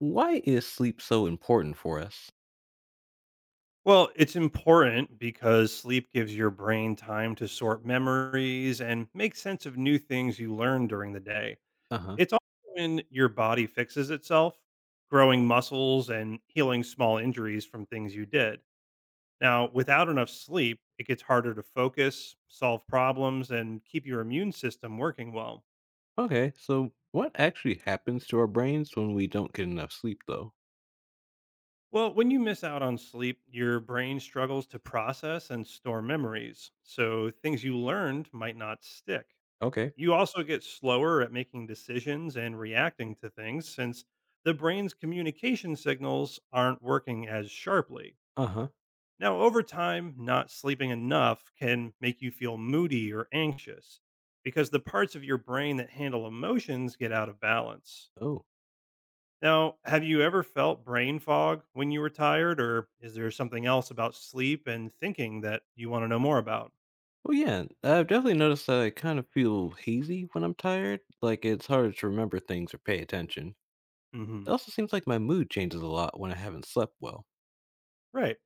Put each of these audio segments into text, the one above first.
Why is sleep so important for us? Well, it's important because sleep gives your brain time to sort memories and make sense of new things you learn during the day. Uh huh. It's also when your body fixes itself, growing muscles and healing small injuries from things you did. Now, without enough sleep, it gets harder to focus, solve problems, and keep your immune system working well. Okay, so what actually happens to our brains when we don't get enough sleep, though? Well, when you miss out on sleep, your brain struggles to process and store memories, so things you learned might not stick. Okay. You also get slower at making decisions and reacting to things since the brain's communication signals aren't working as sharply. Uh huh. Now, over time, not sleeping enough can make you feel moody or anxious because the parts of your brain that handle emotions get out of balance. Oh. Now, have you ever felt brain fog when you were tired, or is there something else about sleep and thinking that you want to know more about? Well, yeah, I've definitely noticed that I kind of feel hazy when I'm tired, like it's harder to remember things or pay attention. hmm It also seems like my mood changes a lot when I haven't slept well. Right.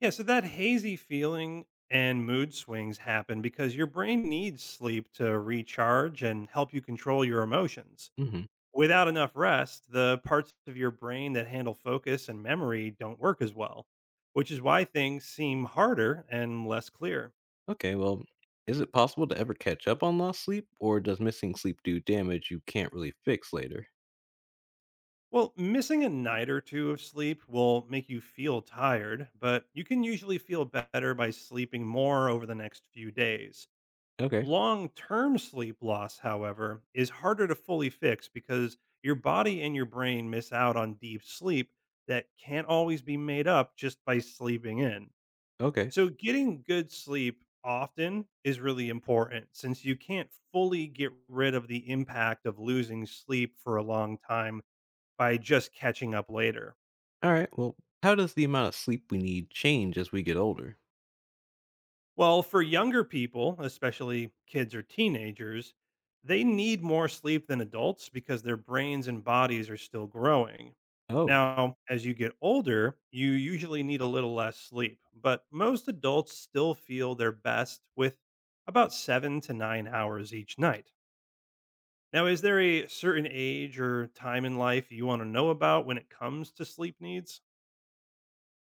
Yeah. So that hazy feeling and mood swings happen because your brain needs sleep to recharge and help you control your emotions. Mm hmm. Without enough rest, the parts of your brain that handle focus and memory don't work as well, which is why things seem harder and less clear. Okay, well, is it possible to ever catch up on lost sleep, or does missing sleep do damage you can't really fix later? Well, missing a night or two of sleep will make you feel tired, but you can usually feel better by sleeping more over the next few days. Okay. Long term sleep loss, however, is harder to fully fix because your body and your brain miss out on deep sleep that can't always be made up just by sleeping in. Okay. So, getting good sleep often is really important since you can't fully get rid of the impact of losing sleep for a long time by just catching up later. All right. Well, how does the amount of sleep we need change as we get older? Well, for younger people, especially kids or teenagers, they need more sleep than adults because their brains and bodies are still growing. Oh. Now, as you get older, you usually need a little less sleep, but most adults still feel their best with about 7 to 9 hours each night. Now, is there a certain age or time in life you want to know about when it comes to sleep needs?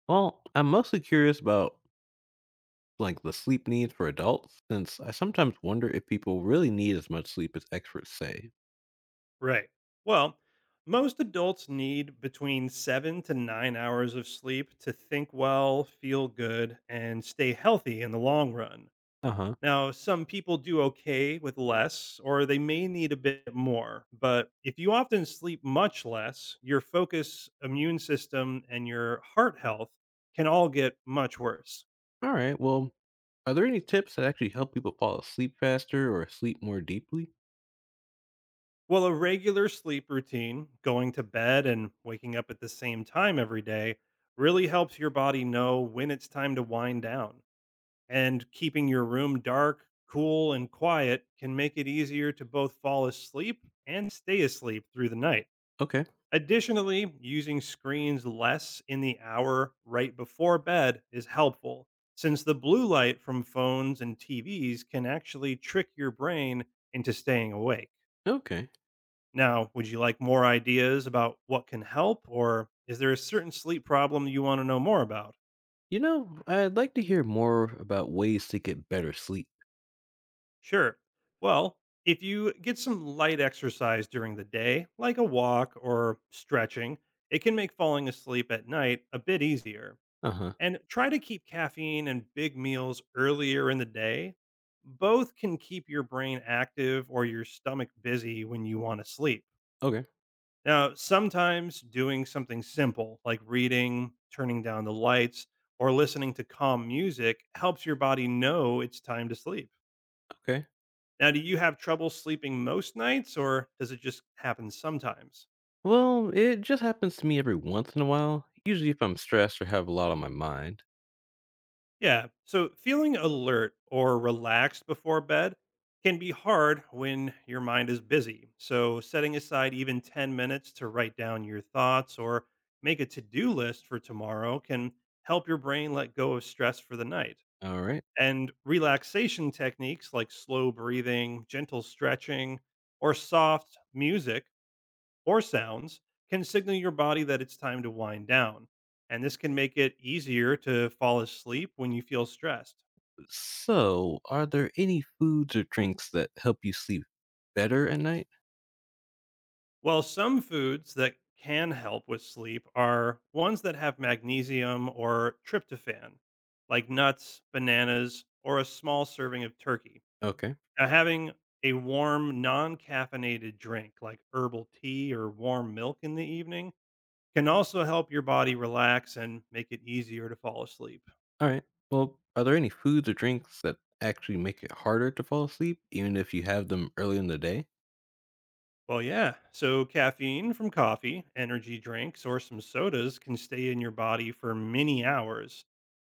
Well, I'm mostly curious about, like, the sleep needs for adults, since I sometimes wonder if people really need as much sleep as experts say. Right. Well, most adults need between 7 to 9 hours of sleep to think well, feel good, and stay healthy in the long run. Uh huh. Now, some people do okay with less, or they may need a bit more. But if you often sleep much less, your focus, immune system, and your heart health can all get much worse. All right. Well, are there any tips that actually help people fall asleep faster or sleep more deeply? Well, a regular sleep routine, going to bed and waking up at the same time every day, really helps your body know when it's time to wind down. And keeping your room dark, cool, and quiet can make it easier to both fall asleep and stay asleep through the night. Okay. Additionally, using screens less in the hour right before bed is helpful, since the blue light from phones and TVs can actually trick your brain into staying awake. Okay. Now, would you like more ideas about what can help, or is there a certain sleep problem you want to know more about? You know, I'd like to hear more about ways to get better sleep. Sure. Well, if you get some light exercise during the day, like a walk or stretching, it can make falling asleep at night a bit easier. Uh huh. And try to keep caffeine and big meals earlier in the day. Both can keep your brain active or your stomach busy when you want to sleep. Okay. Now, sometimes doing something simple like reading, turning down the lights, or listening to calm music helps your body know it's time to sleep. Okay. Now, do you have trouble sleeping most nights or does it just happen sometimes? Well, it just happens to me every once in a while, usually if I'm stressed or have a lot on my mind. Yeah, so feeling alert or relaxed before bed can be hard when your mind is busy. So, setting aside even 10 minutes to write down your thoughts or make a to do list for tomorrow can help your brain let go of stress for the night. All right. And relaxation techniques like slow breathing, gentle stretching, or soft music or sounds can signal your body that it's time to wind down. And this can make it easier to fall asleep when you feel stressed. So, are there any foods or drinks that help you sleep better at night? Well, some foods that can help with sleep are ones that have magnesium or tryptophan, like nuts, bananas, or a small serving of turkey. Okay. Now, having a warm, non caffeinated drink like herbal tea or warm milk in the evening can also help your body relax and make it easier to fall asleep. All right. Well, are there any foods or drinks that actually make it harder to fall asleep, even if you have them early in the day? Well, yeah. So, caffeine from coffee, energy drinks, or some sodas can stay in your body for many hours.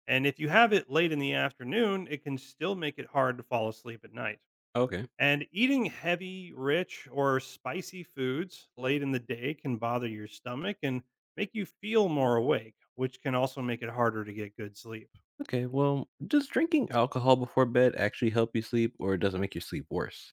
And if you have it late in the afternoon, it can still make it hard to fall asleep at night. Okay. And eating heavy, rich, or spicy foods late in the day can bother your stomach and make you feel more awake, which can also make it harder to get good sleep. Okay. Well, does drinking alcohol before bed actually help you sleep, or does it make your sleep worse?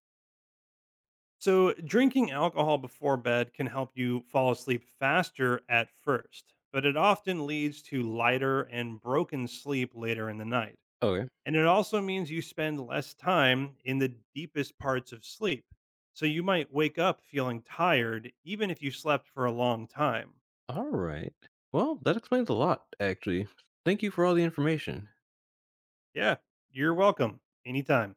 So, drinking alcohol before bed can help you fall asleep faster at first, but it often leads to lighter and broken sleep later in the night. Okay. And it also means you spend less time in the deepest parts of sleep. So, you might wake up feeling tired even if you slept for a long time. All right. Well, that explains a lot, actually. Thank you for all the information. Yeah, you're welcome. Anytime.